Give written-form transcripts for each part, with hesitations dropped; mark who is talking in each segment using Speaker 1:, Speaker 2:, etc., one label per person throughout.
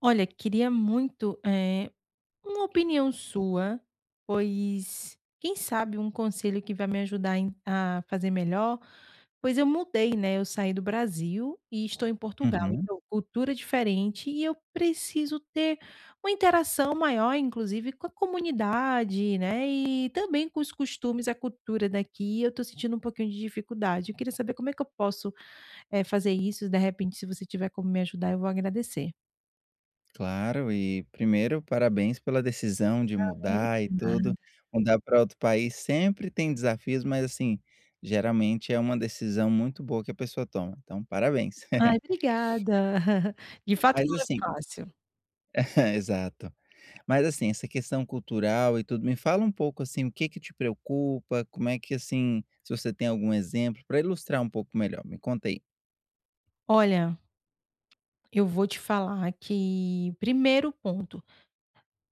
Speaker 1: Olha, queria muito, uma opinião sua, pois quem sabe um conselho que vai me ajudar em a fazer melhor, pois eu mudei, né, eu saí do Brasil e estou em Portugal,
Speaker 2: Uhum,
Speaker 1: então cultura diferente e eu preciso ter uma interação maior, inclusive com a comunidade, né, e também com os costumes, a cultura daqui, eu estou sentindo um pouquinho de dificuldade. Eu queria saber como é que eu posso, fazer isso, de repente se você tiver como me ajudar eu vou agradecer.
Speaker 2: claro. E primeiro, parabéns pela decisão de mudar e
Speaker 1: Obrigada.
Speaker 2: tudo. Mudar para outro país sempre tem desafios, mas assim, geralmente é uma decisão muito boa que a pessoa toma. Então, parabéns.
Speaker 1: Ai, obrigada. De fato
Speaker 2: Mas
Speaker 1: não é
Speaker 2: assim,
Speaker 1: fácil.
Speaker 2: exato. Mas assim, essa questão cultural e tudo, me fala um pouco assim, o que que te preocupa? Como é que assim, se você tem algum exemplo para ilustrar um pouco melhor, me conta aí.
Speaker 1: Olha, eu vou te falar que, primeiro ponto,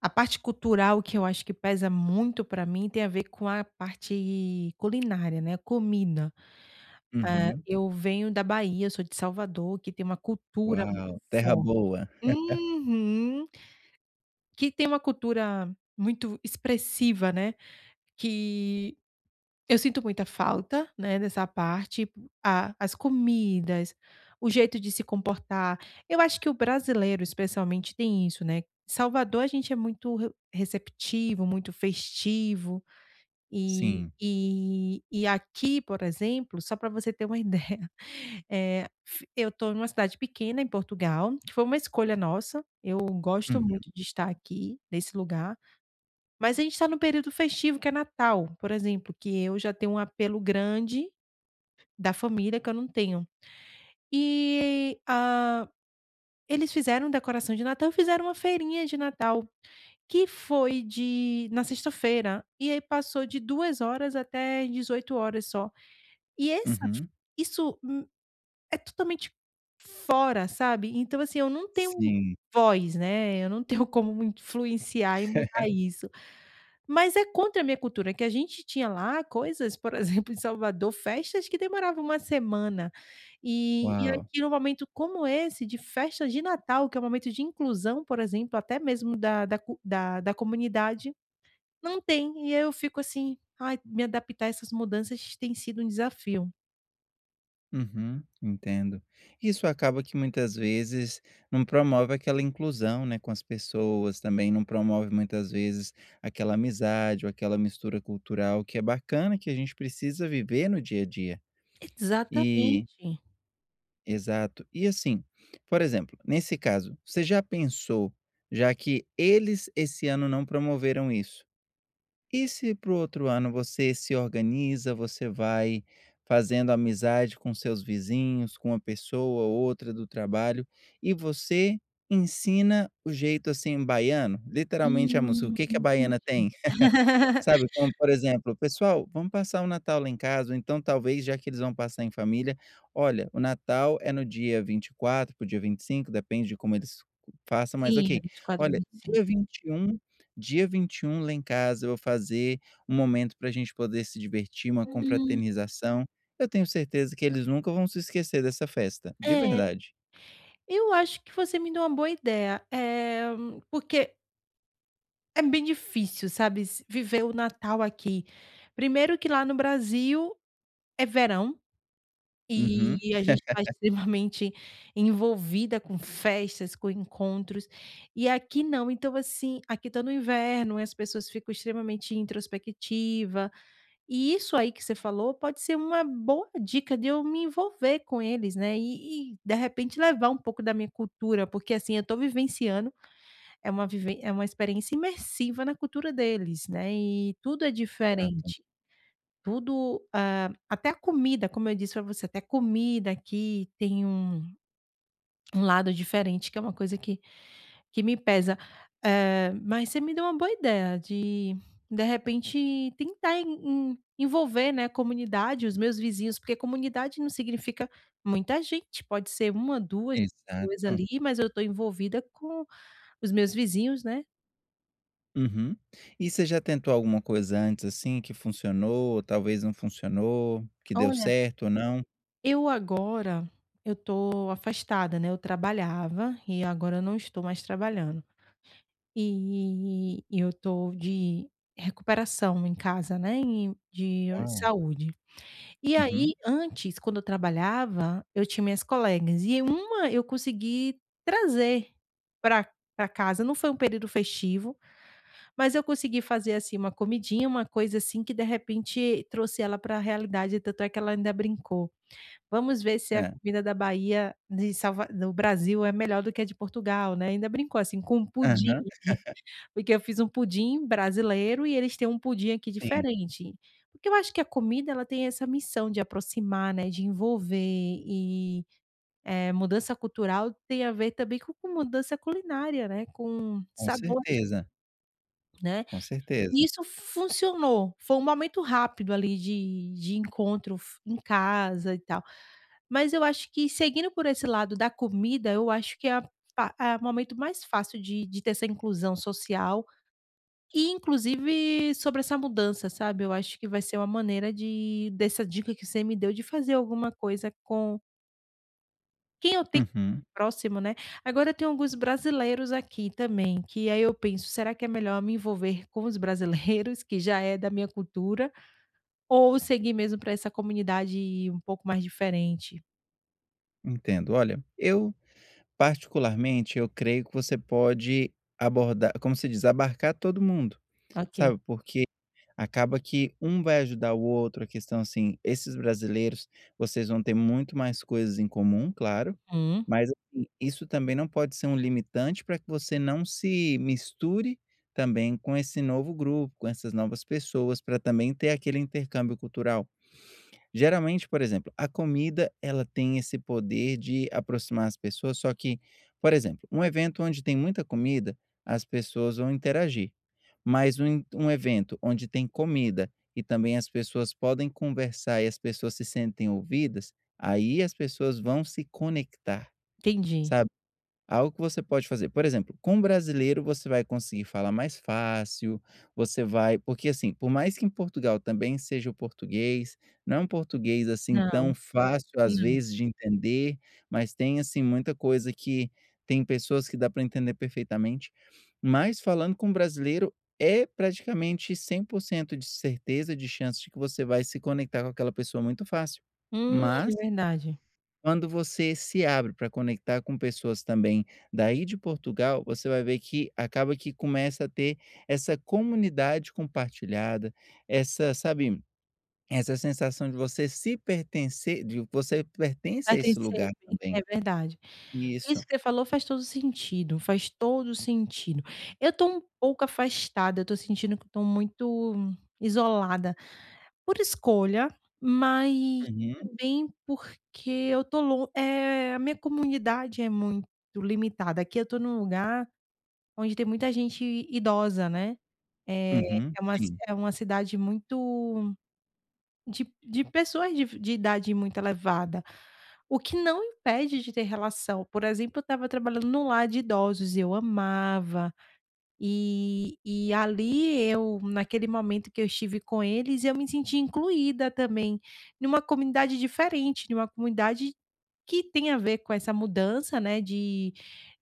Speaker 1: a parte cultural que eu acho que pesa muito para mim tem a ver com a parte culinária, né, comida.
Speaker 2: Uhum.
Speaker 1: Eu venho da Bahia, sou de Salvador, que tem uma cultura muito
Speaker 2: Uau, terra
Speaker 1: forte.
Speaker 2: boa.
Speaker 1: Uhum. Que tem uma cultura muito expressiva, né, que eu sinto muita falta, né, dessa parte, a as comidas, o jeito de se comportar. Eu acho que o brasileiro especialmente tem isso, né. Salvador a gente é muito re receptivo, muito festivo, e
Speaker 2: Sim.
Speaker 1: e e aqui, por exemplo, só para você ter uma ideia, eh, f eu tô numa cidade pequena em Portugal, que foi uma escolha nossa, eu gosto muito
Speaker 2: Uhum,
Speaker 1: de estar aqui, nesse lugar. Mas a gente está no período festivo que é Natal, por exemplo, que eu já tenho um apelo grande da família que eu não tenho. E, ah, eles fizeram decoração de Natal, fizeram uma feirinha de Natal, que foi de na sexta-feira, e aí passou de 2 horas até 18 horas só. E essa
Speaker 2: uhum.
Speaker 1: isso, hum, é totalmente fora, sabe. Então assim, eu não tenho
Speaker 2: Sim.
Speaker 1: voz, né, eu não tenho como influenciar e mudar isso. Mas é contra a minha cultura, que a gente tinha lá coisas, por exemplo, em Salvador, festas que demoravam uma semana. E
Speaker 2: Uau.
Speaker 1: aqui num momento como esse, de festa de Natal, que é um momento de inclusão, por exemplo, até mesmo da da cu da da comunidade, não tem. E aí eu fico assim: "Ai, me adaptar a essas mudanças tem sido um desafio".
Speaker 2: Uhum, entendo. Isso acaba que muitas vezes não promove aquela inclusão, né, com as pessoas, também não promove muitas vezes aquela amizade ou aquela mistura cultural que é bacana, que a gente precisa viver no dia a dia. E
Speaker 1: Exatamente.
Speaker 2: exato. E assim, por exemplo, nesse caso, você já pensou, já que eles esse ano não promoveram isso, e se para o outro ano você se organiza, você vai fazendo amizade com seus vizinhos, com uma pessoa ou outra do trabalho, e você ensina o jeito, assim, baiano, literalmente a música. O que que a baiana
Speaker 1: Entendi.
Speaker 2: tem? Sabe, como por exemplo: "Pessoal, vamos passar o Natal lá em casa", ou então talvez, já que eles vão passar em família: "Olha, o Natal é no dia 24 para o dia 25, depende de como eles façam, mas
Speaker 1: Sim, é
Speaker 2: ok.
Speaker 1: 24 pra
Speaker 2: Olha,
Speaker 1: 25.
Speaker 2: dia vinte e um lá em casa eu vou fazer um momento para a gente poder se divertir, uma
Speaker 1: Hum,
Speaker 2: confraternização. Eu tenho certeza que eles nunca vão se esquecer dessa festa", de
Speaker 1: é.
Speaker 2: verdade.
Speaker 1: Eu acho que você me deu uma boa ideia, porque é bem difícil, sabe, s viver o Natal aqui. Primeiro que lá no Brasil é verão,
Speaker 2: Uhum.
Speaker 1: e a gente está extremamente envolvida com festas, com encontros, e aqui não. Então, assim, aqui está no inverno e as pessoas ficam extremamente introspectiva, e isso aí que você falou pode ser uma boa dica de eu me envolver com eles, né, e de repente levar um pouco da minha cultura, porque, assim, eu estou vivenciando é uma viven é uma experiência imersiva na cultura deles, né, e tudo é
Speaker 2: Exato,
Speaker 1: diferente, tudo, ah, até a comida, como eu disse para você, até a comida aqui tem um lado diferente, que é uma coisa que me pesa. Mas você me deu uma boa ideia de repente, tentar en en envolver, né, a comunidade, os meus vizinhos, porque comunidade não significa muita gente, pode ser uma, duas pessoas
Speaker 2: exato.
Speaker 1: ali, mas eu estou envolvida com os meus vizinhos, né.
Speaker 2: Uhum. E você já tentou alguma coisa antes, assim, que funcionou, talvez não funcionou, que deu
Speaker 1: Olha.
Speaker 2: certo ou não?
Speaker 1: Eu agora, eu tô afastada, né, eu trabalhava e agora eu não estou mais trabalhando. E eu tô de recuperação em casa, né, e de
Speaker 2: Uau!
Speaker 1: saúde. E aí,
Speaker 2: Uhum.
Speaker 1: antes, quando eu trabalhava, eu tinha minhas colegas e uma eu consegui trazer para pra casa, não foi um período festivo, mas eu consegui fazer, assim, uma comidinha, uma coisa assim que de repente trouxe ela para a realidade, tanto é que ela ainda brincou. Vamos ver se a
Speaker 2: É.
Speaker 1: comida da Bahia de Salva no Brasil é melhor do que a de Portugal, né, ainda brincou assim com um pudim,
Speaker 2: Aham.
Speaker 1: porque eu fiz um pudim brasileiro e eles têm um pudim aqui
Speaker 2: Sim,
Speaker 1: diferente. Porque eu acho que a comida ela tem essa missão de aproximar, né, de envolver e, mudança cultural tem a ver também com mudança culinária, né, com
Speaker 2: com
Speaker 1: sabores,
Speaker 2: certeza,
Speaker 1: né.
Speaker 2: com
Speaker 1: E
Speaker 2: certeza.
Speaker 1: isso funcionou, foi um momento rápido ali de encontro f em casa e tal. Mas eu acho que seguindo por esse lado da comida, eu acho que é a pa é o momento mais fácil de ter essa inclusão social e inclusive sobre essa mudança, sabe, eu acho que vai ser uma maneira de dessa dica que você me deu de fazer alguma coisa com quem eu tenho
Speaker 2: Uhum.
Speaker 1: próximo, né. Agora tem alguns brasileiros aqui também, que aí eu penso: "Será que é melhor me envolver com os brasileiros, que já é da minha cultura, ou seguir mesmo para essa comunidade um pouco mais diferente?"
Speaker 2: Entendo. Olha, eu particularmente, eu creio que você pode abordar, como se diz, abarcar todo mundo,
Speaker 1: Ok.
Speaker 2: sabe, porque acaba que um vai ajudar o outro. A questão assim, esses brasileiros, vocês vão ter muito mais coisas em comum, claro,
Speaker 1: Uhum,
Speaker 2: mas assim, isso também não pode ser um limitante para que você não se misture também com esse novo grupo, com essas novas pessoas, para também ter aquele intercâmbio cultural. Geralmente, por exemplo, a comida ela tem esse poder de aproximar as pessoas, só que, por exemplo, um evento onde tem muita comida, as pessoas vão interagir. Mas um en um evento onde tem comida e também as pessoas podem conversar e as pessoas se sentem ouvidas, aí as pessoas vão se conectar,
Speaker 1: entendi.
Speaker 2: sabe? Algo que você pode fazer. Por exemplo, com o brasileiro você vai conseguir falar mais fácil, você vai porque, assim, por mais que em Portugal também seja o português, não é um português, assim,
Speaker 1: Não,
Speaker 2: tão fácil, às
Speaker 1: não.
Speaker 2: vezes, de entender, mas tem, assim, muita coisa que tem pessoas que dá para entender perfeitamente. Mas falando com o brasileiro, é praticamente 100% de certeza, de chance de que você vai se conectar com aquela pessoa muito fácil.
Speaker 1: É
Speaker 2: Mas
Speaker 1: verdade.
Speaker 2: quando você se abre para conectar com pessoas também daí de Portugal, você vai ver que acaba que começa a ter essa comunidade compartilhada, essa, sabe, essa sensação de você se pertencer, de você pertence a esse
Speaker 1: Pertencer,
Speaker 2: lugar também.
Speaker 1: é verdade. Isso
Speaker 2: Isso.
Speaker 1: que você falou faz todo sentido, faz todo sentido. Eu tô um pouco afastada, eu tô sentindo que eu tô muito isolada. Por escolha, mas
Speaker 2: Uhum,
Speaker 1: também porque eu tô a minha comunidade é muito limitada. Aqui eu tô num lugar onde tem muita gente idosa, né. Eh,
Speaker 2: uhum,
Speaker 1: é uma ci
Speaker 2: sim,
Speaker 1: é uma cidade muito de pessoas de idade muito elevada, o que não impede de ter relação. Por exemplo, eu estava trabalhando num lar de idosos e eu amava. E ali eu naquele momento que eu estive com eles, eu me senti incluída também, numa comunidade diferente, numa comunidade que tem a ver com essa mudança, né,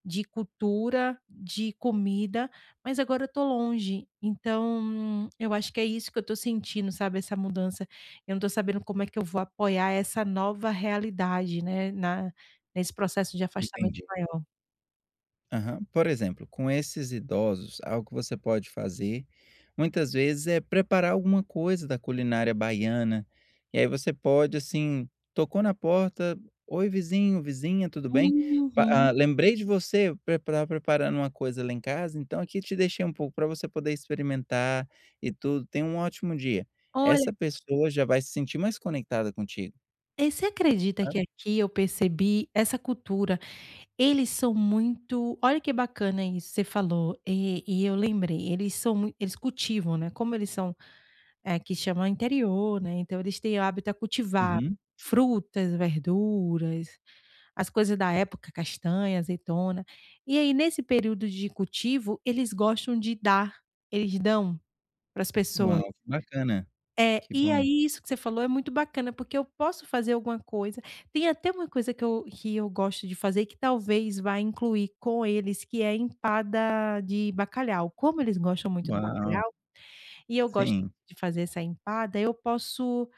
Speaker 1: de cultura, de comida, mas agora eu tô longe. Então, eu acho que é isso que eu tô sentindo, sabe, essa mudança. Eu não tô sabendo como é que eu vou apoiar essa nova realidade, né, na nesse processo de afastamento
Speaker 2: entendi.
Speaker 1: maior.
Speaker 2: Aham. Por exemplo, com esses idosos, algo que você pode fazer, muitas vezes, é preparar alguma coisa da culinária baiana. E aí você pode, assim, tocou na porta: "Oi, vizinho, vizinha, tudo bem?
Speaker 1: Uhum.
Speaker 2: Lembrei de você, pre estava preparando uma coisa lá em casa, então aqui te deixei um pouco para você poder experimentar e tudo. Tenha um ótimo dia".
Speaker 1: Olha.
Speaker 2: Essa pessoa já vai se sentir mais conectada contigo,
Speaker 1: Você acredita que
Speaker 2: sabe?
Speaker 1: aqui eu percebi essa cultura? Eles são muito, olha que bacana isso, você falou, e eu lembrei, eles são mui eles cultivam, né, como eles são, aqui chama interior, né, então eles têm o hábito a cultivar
Speaker 2: Uhum.
Speaker 1: frutas, verduras, as coisas da época, castanha, azeitona. E aí nesse período de cultivo, eles gostam de dar, eles dão para as pessoas.
Speaker 2: Uau, que bacana.
Speaker 1: É,
Speaker 2: Que
Speaker 1: e
Speaker 2: bom.
Speaker 1: aí isso que você falou é muito bacana, porque eu posso fazer alguma coisa. Tem até uma coisa que eu gosto de fazer, que talvez vá incluir com eles, que é empada de bacalhau. Como eles gostam muito do
Speaker 2: Uau,
Speaker 1: bacalhau, e eu gosto
Speaker 2: sim.
Speaker 1: de fazer essa empada, eu posso,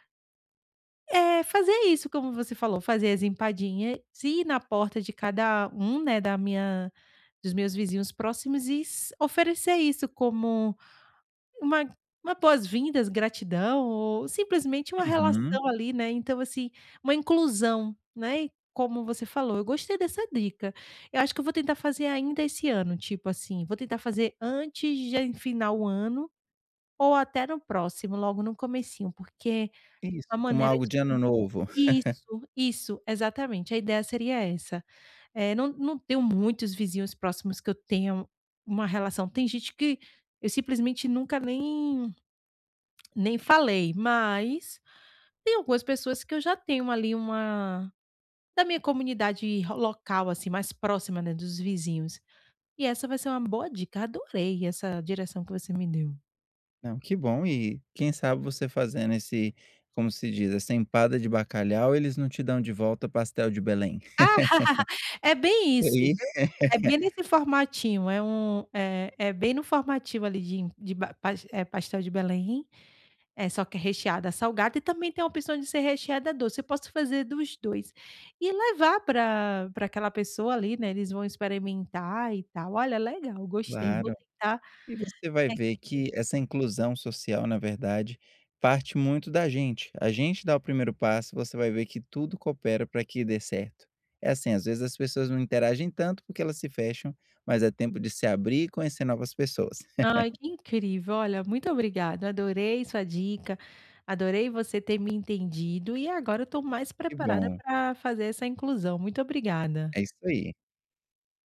Speaker 1: fazer isso, como você falou, fazer as empadinhas, ir na porta de cada um, né, da minha, dos meus vizinhos próximos e s oferecer isso como uma uma boas-vindas, gratidão ou simplesmente uma
Speaker 2: Uhum.
Speaker 1: relação ali, né, então assim, uma inclusão, né. E como você falou, eu gostei dessa dica. Eu acho que eu vou tentar fazer ainda esse ano, tipo assim, vou tentar fazer antes de final o ano ou até no próximo, logo no comecinho, porque a
Speaker 2: Isso, como
Speaker 1: maneira
Speaker 2: algo de ano novo.
Speaker 1: de isso, isso, exatamente, a ideia seria essa. Não, não tenho muitos vizinhos próximos que eu tenha uma relação, tem gente que eu simplesmente nunca nem falei, mas tem algumas pessoas que eu já tenho ali uma da minha comunidade ro local, assim, mais próxima, né, dos vizinhos. E essa vai ser uma boa dica, adorei essa direção que você me deu.
Speaker 2: Não, que bom. E quem sabe você fazendo esse, como se diz, essa empada de bacalhau, eles não te dão de volta pastel de Belém.
Speaker 1: É bem
Speaker 2: E
Speaker 1: isso,
Speaker 2: aí
Speaker 1: viu. É bem nesse formatinho, é um é é bem no formativo ali de pastel de Belém. É, só que é recheada salgada e também tem a opção de ser recheada doce, eu posso fazer dos 2 e levar para aquela pessoa ali, né, eles vão experimentar e tal. Olha, legal, gostei, vou
Speaker 2: claro.
Speaker 1: tentar.
Speaker 2: E você vai
Speaker 1: é
Speaker 2: ver que essa inclusão social, na verdade, parte muito da gente. A gente dá o primeiro passo, você vai ver que tudo coopera para que dê certo. É assim, às vezes as pessoas não interagem tanto porque elas se fecham, mas é tempo de se abrir e conhecer novas pessoas.
Speaker 1: Ai, que incrível, olha, muito obrigada, adorei sua dica, adorei você ter me entendido e agora eu estou mais
Speaker 2: Que
Speaker 1: preparada
Speaker 2: bom,
Speaker 1: para fazer essa inclusão. Muito obrigada.
Speaker 2: é isso aí.